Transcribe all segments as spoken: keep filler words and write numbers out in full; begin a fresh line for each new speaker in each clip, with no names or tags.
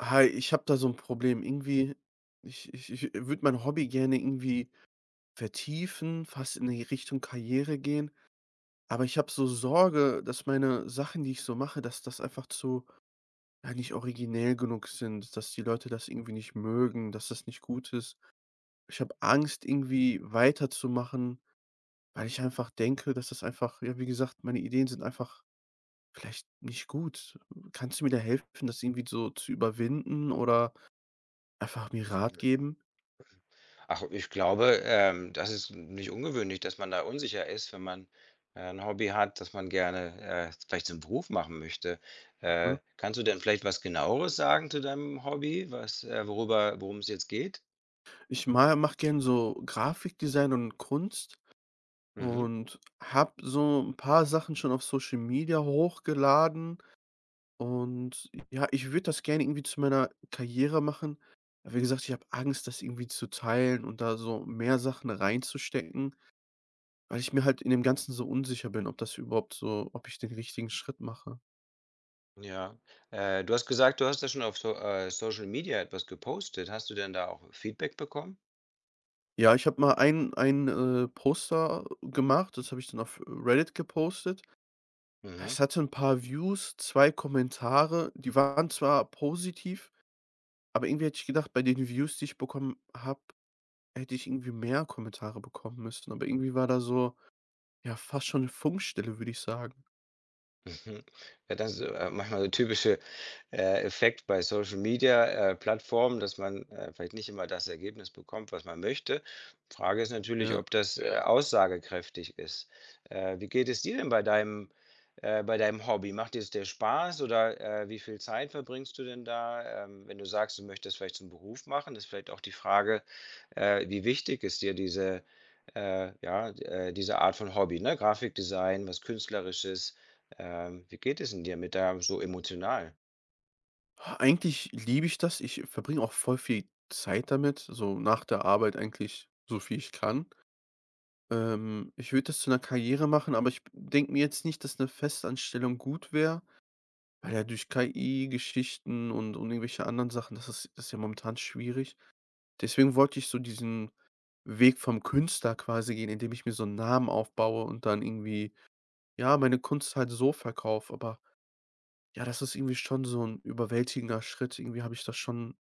Hi, ich habe da so ein Problem. Irgendwie, ich ich ich würde mein Hobby gerne irgendwie vertiefen, fast in die Richtung Karriere gehen, aber ich habe so Sorge, dass meine Sachen, die ich so mache, dass das einfach zu ja, nicht originell genug sind, dass die Leute das irgendwie nicht mögen, dass das nicht gut ist. Ich habe Angst, irgendwie weiterzumachen, weil ich einfach denke, dass das einfach ja, wie gesagt, meine Ideen sind einfach vielleicht nicht gut. Kannst du mir da helfen, das irgendwie so zu überwinden oder einfach mir Rat geben?
Ach, ich glaube, ähm, das ist nicht ungewöhnlich, dass man da unsicher ist, wenn man, äh, 'n Hobby hat, das man gerne, äh, vielleicht zum Beruf machen möchte.
Mhm.
Äh, kannst du denn vielleicht was Genaueres sagen zu deinem Hobby, was, äh worüber worum es jetzt geht?
Ich mal mache gerne so Grafikdesign und Kunst
Mhm.
und habe so ein paar Sachen schon auf Social Media hochgeladen und ja, ich würde das gerne irgendwie zu meiner Karriere machen. Aber wie gesagt, ich habe Angst, das irgendwie zu teilen und da so mehr Sachen reinzustecken, weil ich mir halt in dem Ganzen so unsicher bin, ob das überhaupt so ob ich den richtigen Schritt mache.
Ja. Äh, du hast gesagt, du hast da schon auf so äh, Social Media etwas gepostet. Hast du denn da auch Feedback bekommen?
Ja, ich habe mal ein ein, äh, Poster gemacht, das habe ich dann auf Reddit gepostet.
Mhm.
Es hatte ein paar Views, zwei Kommentare, die waren zwar positiv, aber irgendwie hätte ich gedacht, bei den Views, die ich bekommen habe, hätte ich irgendwie mehr Kommentare bekommen müssen. Aber irgendwie war da so, ja, fast schon eine Funkstelle, würde ich sagen.
Mhm. Ja, das ist, äh, manchmal so typische, äh, Effekt bei Social Media, äh, Plattformen, dass man, äh, vielleicht nicht immer das Ergebnis bekommt, was man möchte. Frage ist natürlich,
Ja.
ob das, äh, Ja. aussagekräftig ist. Äh, wie geht es dir denn bei deinem äh, bei deinem Hobby? Macht dir es der Spaß oder, äh, wie viel Zeit verbringst du denn da? Ähm, wenn du sagst, du möchtest vielleicht zum Beruf machen, ist vielleicht auch die Frage, äh, wie wichtig ist dir diese, äh, ja, äh, diese Art von Hobby, ne? Grafikdesign, was Künstlerisches. Ähm, wie geht es denn dir mit der so emotional?
Ah, eigentlich liebe ich das. Ich verbringe auch voll viel Zeit damit, so nach der Arbeit eigentlich so viel ich kann. Ähm, ich würde das zu einer Karriere machen, aber ich denke mir jetzt nicht, dass eine Festanstellung gut wäre. Weil ja durch K I-Geschichten und und irgendwelche anderen Sachen, das ist das ist ja momentan schwierig. Deswegen wollte ich so diesen Weg vom Künstler quasi gehen, indem ich mir so einen Namen aufbaue und dann irgendwie, ja, meine Kunst halt so verkaufe. Aber ja, das ist irgendwie schon so ein überwältigender Schritt. Irgendwie habe ich das schon,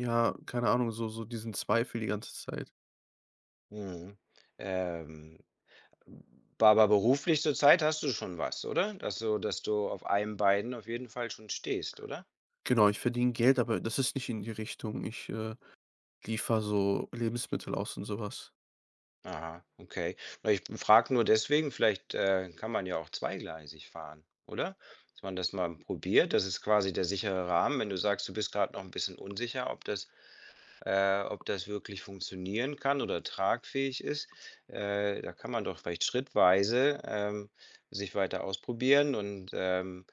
ja, keine Ahnung, so so diesen Zweifel die ganze Zeit.
Mhm. Ähm, ba aber beruflich zurzeit hast du schon was, oder? Dass du dass du auf einem Bein auf jeden Fall schon stehst, oder?
Genau, ich verdiene Geld, aber das ist nicht in die Richtung. Ich, äh, liefere so Lebensmittel aus und sowas.
Aha, okay. Na, ich frage nur deswegen, vielleicht, äh, kann man ja auch zweigleisig fahren, oder? Dass man das mal probiert, das ist quasi der sichere Rahmen. Wenn du sagst, du bist gerade noch ein bisschen unsicher, ob das äh, ob das wirklich funktionieren kann oder tragfähig ist. Äh, da kann man doch vielleicht schrittweise ähm, sich weiter ausprobieren und ähm,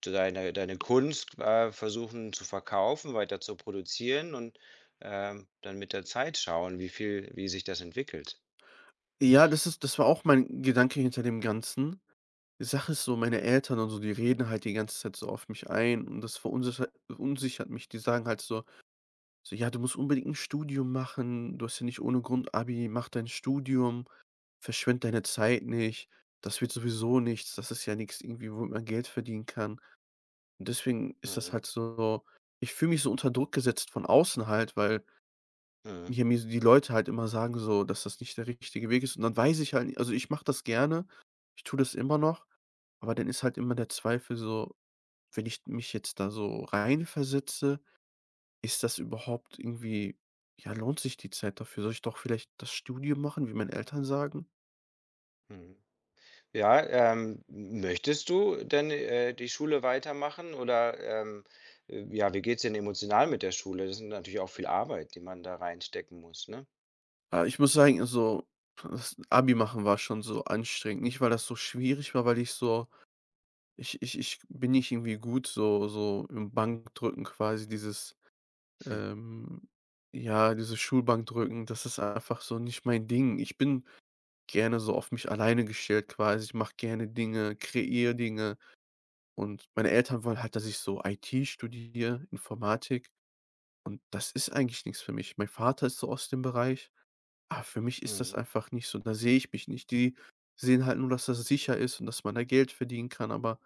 deine, deine Kunst äh, versuchen zu verkaufen, weiter zu produzieren und ähm, dann mit der Zeit schauen, wie viel, wie sich das entwickelt.
Ja, das ist das war auch mein Gedanke hinter dem Ganzen. Die Sache ist so, meine
Mhm.
Eltern und so, die reden halt die ganze Zeit so auf mich ein und das verunsichert verunsichert mich. Die sagen halt so so: „Ja, du musst unbedingt ein Studium machen. Du hast ja nicht ohne Grund Abi. Mach dein Studium. Verschwende deine Zeit nicht. Das wird sowieso nichts. Das ist ja nichts, irgendwie, womit man Geld verdienen kann.“ Und deswegen ist das
Mhm.
halt so, ich fühle mich so unter Druck gesetzt von außen halt, weil
Mhm.
hier mir so die Leute halt immer sagen so, dass das nicht der richtige Weg ist. Und dann weiß ich halt nicht- also, ich mache das gerne. Ich tue das immer noch, aber dann ist halt immer der Zweifel so, wenn ich mich jetzt da so rein versetze, ist das überhaupt irgendwie ja, lohnt sich die Zeit dafür? Soll ich doch vielleicht das Studium machen, wie meine Eltern sagen?
Mhm. Ja, ähm, möchtest du denn, äh, die Schule weitermachen oder, ähm, äh, ja, wie geht's denn emotional mit der Schule? Das ist natürlich auch viel Arbeit, die man da reinstecken muss, ne?
Ah, ich muss sagen, also, das Abi machen war schon so anstrengend. Nicht, weil das so schwierig war, weil ich so ich ich ich bin nicht irgendwie gut so so im Bankdrücken quasi dieses,
Hm,
ähm ja, dieses Schulbankdrücken, das ist einfach so nicht mein Ding. Ich bin gerne so auf mich alleine gestellt quasi. Ich mache gerne Dinge, kreiere Dinge. Und meine Eltern wollen halt, dass ich so I T studiere, Informatik. Und das ist eigentlich nichts für mich. Mein Vater ist so aus dem Bereich, aber für mich ist das
mhm.
einfach nicht so. Da sehe ich mich nicht. Die sehen halt nur, dass das sicher ist und dass man da Geld verdienen kann, aber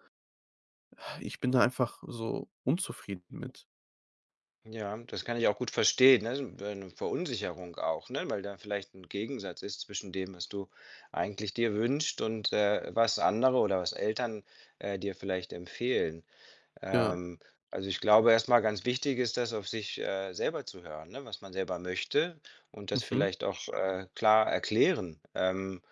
ich bin da einfach so unzufrieden mit.
Ja, das kann ich auch gut verstehen, ne? So 'ne Verunsicherung auch, ne, weil da vielleicht ein Gegensatz ist zwischen dem, was du eigentlich dir wünschst und, äh, was andere oder was Eltern, äh, dir vielleicht empfehlen.
Ja.
Ähm, also ich glaube, erstmal ganz wichtig ist das, auf sich, äh, selber zu hören, ne, was man selber möchte und das
Mhm.
vielleicht auch, äh, klar erklären, ähm,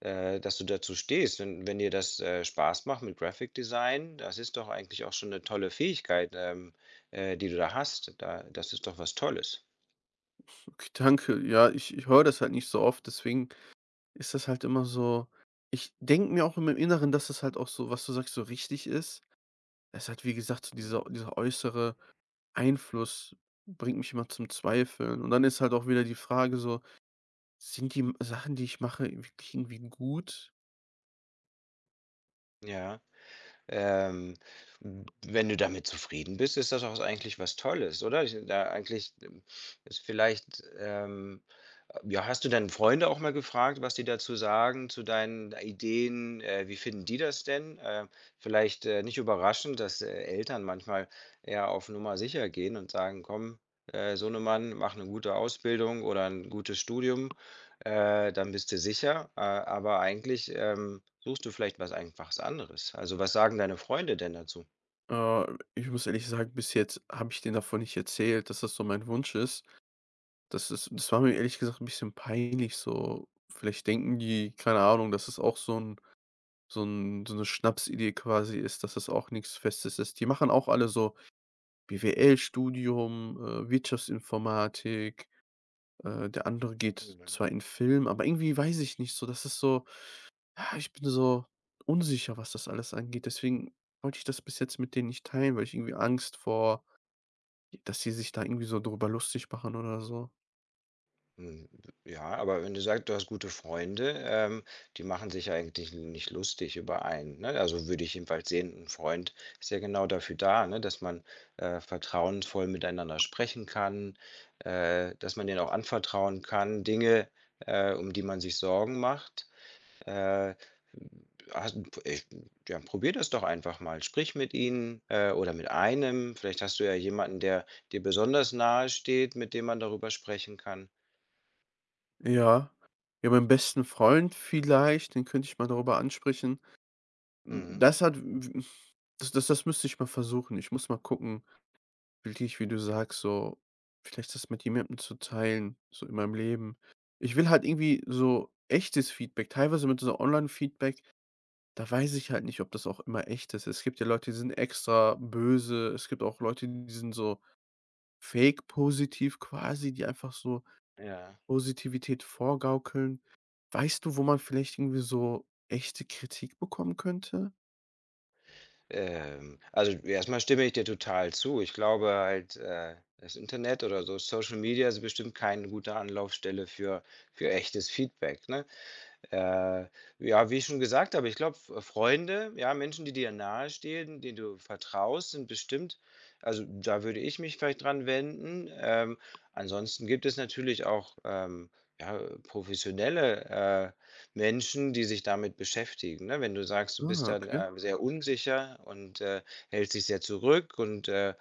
äh, dass du dazu stehst. Wenn wenn dir das, äh, Spaß macht mit Graphic Design, das ist doch eigentlich auch schon eine tolle Fähigkeit, ähm, äh, die du da hast. Da das ist doch was Tolles.
Okay, danke. Ja, ich ich höre das halt nicht so oft, deswegen ist das halt immer so, ich denke mir auch im Inneren, dass das halt auch so, was du sagst, so richtig ist. Es hat wie gesagt, so dieser
Mhm.
dieser äußere Einfluss bringt mich immer zum Zweifeln. Und dann ist halt auch wieder die Frage so: „Sind die M Sachen, die ich mache, wirklich irgendwie gut?“
Ja. Ähm, wenn du damit zufrieden bist, ist das auch eigentlich was Tolles, oder? Ich da eigentlich, ähm, ist vielleicht, ähm ja, hast du deine Freunde auch mal gefragt, was die dazu sagen, zu deinen Ideen? Äh, wie finden die das denn? Äh, vielleicht, äh, nicht überraschend, dass, äh, Eltern manchmal eher auf Nummer sicher gehen und sagen: „Komm, äh, Sohnemann, mach eine gute Ausbildung oder ein gutes Studium äh, dann bist du sicher, äh, aber eigentlich, ähm, suchst du vielleicht was einfach anderes." Also, was sagen deine Freunde denn dazu?
Äh, Ich muss ehrlich sagen, bis jetzt habe ich denen davon nicht erzählt, dass das so mein Wunsch ist. Das ist das war mir ehrlich gesagt ein bisschen peinlich so. Vielleicht denken die, keine Ahnung, dass es auch so ein so 'n so 'ne Schnapsidee quasi ist, dass das auch nichts Festes ist. Die machen auch alle so B W L-Studium, äh, Wirtschaftsinformatik, Äh, der andere geht
Mhm.
zwar in Film, aber irgendwie weiß ich nicht so, das ist so ja, ich bin so unsicher, was das alles angeht. Deswegen wollte ich das bis jetzt mit denen nicht teilen, weil ich irgendwie Angst vor, dass sie sich da irgendwie so drüber lustig machen oder so.
Hm, ja, aber wenn du sagst, du hast gute Freunde, ähm, die machen sich ja eigentlich nicht lustig über einen, ne? Also, würde ich jedenfalls sehen, ein Freund ist ja genau dafür da, ne, dass man, äh, vertrauensvoll miteinander sprechen kann, äh, dass man denen auch anvertrauen kann, Dinge, äh, um die man sich Sorgen macht. Äh, hast ich Ja, probier das doch einfach mal. Sprich mit ihnen, äh, oder mit einem. Vielleicht hast du ja jemanden, der dir besonders nahe steht, mit dem man darüber sprechen kann.
Ja. Ja, meinen besten Freund vielleicht, den könnte ich mal darüber ansprechen. Hm,
Mhm,
das hat w w das das das müsste ich mal versuchen. Ich muss mal gucken, wirklich, wie du sagst, so vielleicht das mit jemandem zu teilen, so in meinem Leben. Ich will halt irgendwie so echtes Feedback. Teilweise mit so Online-Feedback, da weiß ich halt nicht, ob das auch immer echt ist. Es gibt ja Leute, die sind extra böse. Es gibt auch Leute, die sind so fake positiv quasi, die einfach so
ja.
Positivität vorgaukeln. Weißt du, wo man vielleicht irgendwie so echte Kritik bekommen könnte?
Ähm, also, erstmal stimme ich dir total zu. Ich glaube halt, äh, das Internet oder so Social Media ist bestimmt keine gute Anlaufstelle für für echtes Feedback, ne? Äh, ja, wie ich schon gesagt habe, ich glaube, Freunde, ja, Menschen, die dir nahestehen, denen du vertraust, sind bestimmt, also da würde ich mich vielleicht dran wenden. Ähm, ansonsten gibt es natürlich auch, ähm, ja, professionelle, äh, Menschen, die sich damit beschäftigen, ne? Wenn du sagst, du bist
Ah,
dann,
okay.
äh, sehr unsicher und, äh, hältst dich sehr zurück und, äh,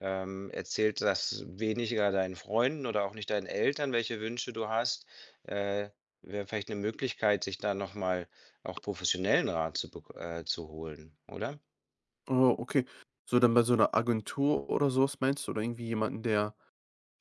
ähm, erzählst das weniger deinen Freunden oder auch nicht deinen Eltern, welche Wünsche du hast, äh, wäre vielleicht eine Möglichkeit, sich da noch mal auch professionellen Rat zu bek äh, zu holen, oder?
Oh, okay. So dann bei so einer Agentur oder so, was meinst du? Oder irgendwie jemanden, der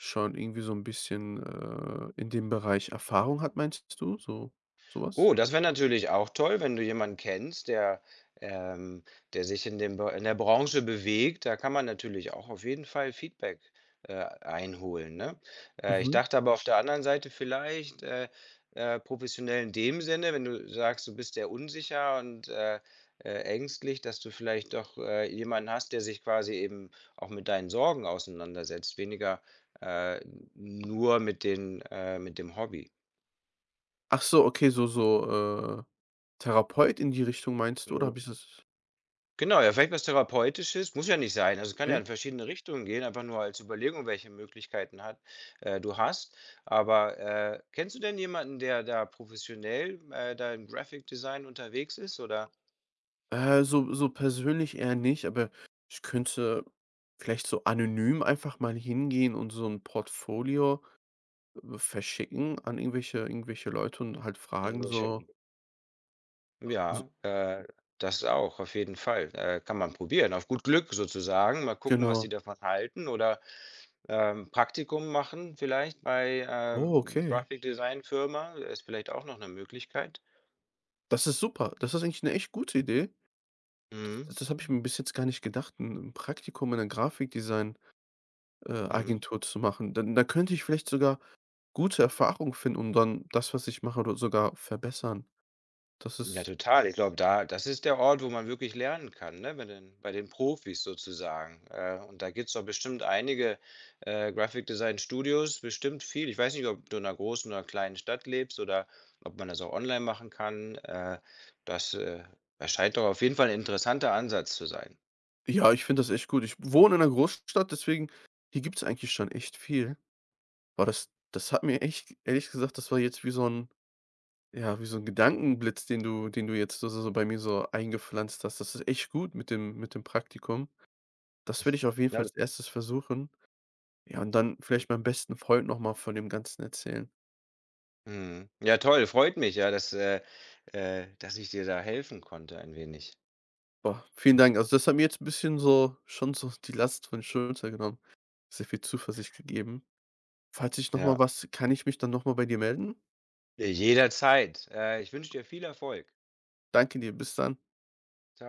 schon irgendwie so 'n bisschen, äh, in dem Bereich Erfahrung hat, meinst du, so sowas.
Oh, das wäre natürlich auch toll, wenn du jemanden kennst, der, ähm der sich in dem Be in der Branche bewegt. Da kann man natürlich auch auf jeden Fall Feedback, äh, einholen, ne? Äh, ich
Mhm.
dachte aber auf der anderen Seite vielleicht, äh, äh, professionell in dem Sinne, wenn du sagst, du bist sehr unsicher und, äh, äh, ängstlich, dass du vielleicht doch, äh, jemanden hast, der sich quasi eben auch mit deinen Sorgen auseinandersetzt, weniger, äh, nur mit den äh, mit dem Hobby.
Ach so, okay, so so, äh, Therapeut in die Richtung meinst du oder
Mhm.
habe ich das
Genau, ja, vielleicht was Therapeutisches, muss ja nicht sein. Also, kann ja
okay.
in verschiedene Richtungen gehen, einfach nur als Überlegung, welche Möglichkeiten hat äh, du hast. Aber, äh, kennst du denn jemanden, der da professionell, äh, da im Graphic Design unterwegs ist oder
Äh, so so persönlich eher nicht, aber ich könnte vielleicht so anonym einfach mal hingehen und so 'n Portfolio, äh, verschicken an irgendwelche irgendwelche Leute und halt fragen
irgendwelche,
so, also,
ja, äh, das auch, auf jeden Fall. Äh, kann man probieren, auf gut Glück sozusagen. Mal gucken, was die
genau.
davon halten oder, ähm, Praktikum machen vielleicht bei,
Oh,
ähm,
okay.
Graphic-Design-Firma, ist vielleicht auch noch eine Möglichkeit.
Das ist super. Das ist eigentlich 'ne echt gute Idee. Das
Mhm,
das das habe ich mir bis jetzt gar nicht gedacht, ein 'n Praktikum in 'ner Grafikdesign äh,
mhm.
Agentur zu machen. Dann da könnte ich vielleicht sogar gute Erfahrungen finden und dann das, was ich mache, do sogar verbessern. Das
Ja,
ist
total. Ich glaube, da das ist der Ort, wo man wirklich lernen kann, ne? Bei den bei den Profis sozusagen. Äh, und da gibt's doch bestimmt einige, äh, Graphic Design Studios, bestimmt viel. Ich weiß nicht, ob du in einer großen oder kleinen Stadt lebst oder ob man das auch online machen kann. Äh, das, äh, erscheint doch auf jeden Fall ein interessanter Ansatz zu sein.
ja, ich finde das echt gut. Ich wohne in einer Großstadt, deswegen hier gibt's eigentlich schon echt viel. Aber das das hat mir echt ehrlich gesagt, das war jetzt wie so ein, ja, wie so ein Gedankenblitz, den du den du jetzt so so so bei mir so eingepflanzt hast. Das ist echt gut mit dem mit dem Praktikum. Das werde ich auf jeden
Ja,
Fall als erstes versuchen. Ja, und dann vielleicht meinem besten Freund noch mal von dem Ganzen erzählen.
mhm. Ja, toll, freut mich, ja, dass, äh, äh dass ich dir da helfen konnte ein wenig.
Boah, vielen Dank. Also, das hat mir jetzt ein bisschen so schon so die Last von den Schultern genommen. Sehr viel Zuversicht gegeben. Falls ich noch mal
Ja,
was, kann ich mich dann noch mal bei dir melden?
jederzeit. Äh, ich wünsche dir viel Erfolg.
Danke dir, bis dann.
Tschau.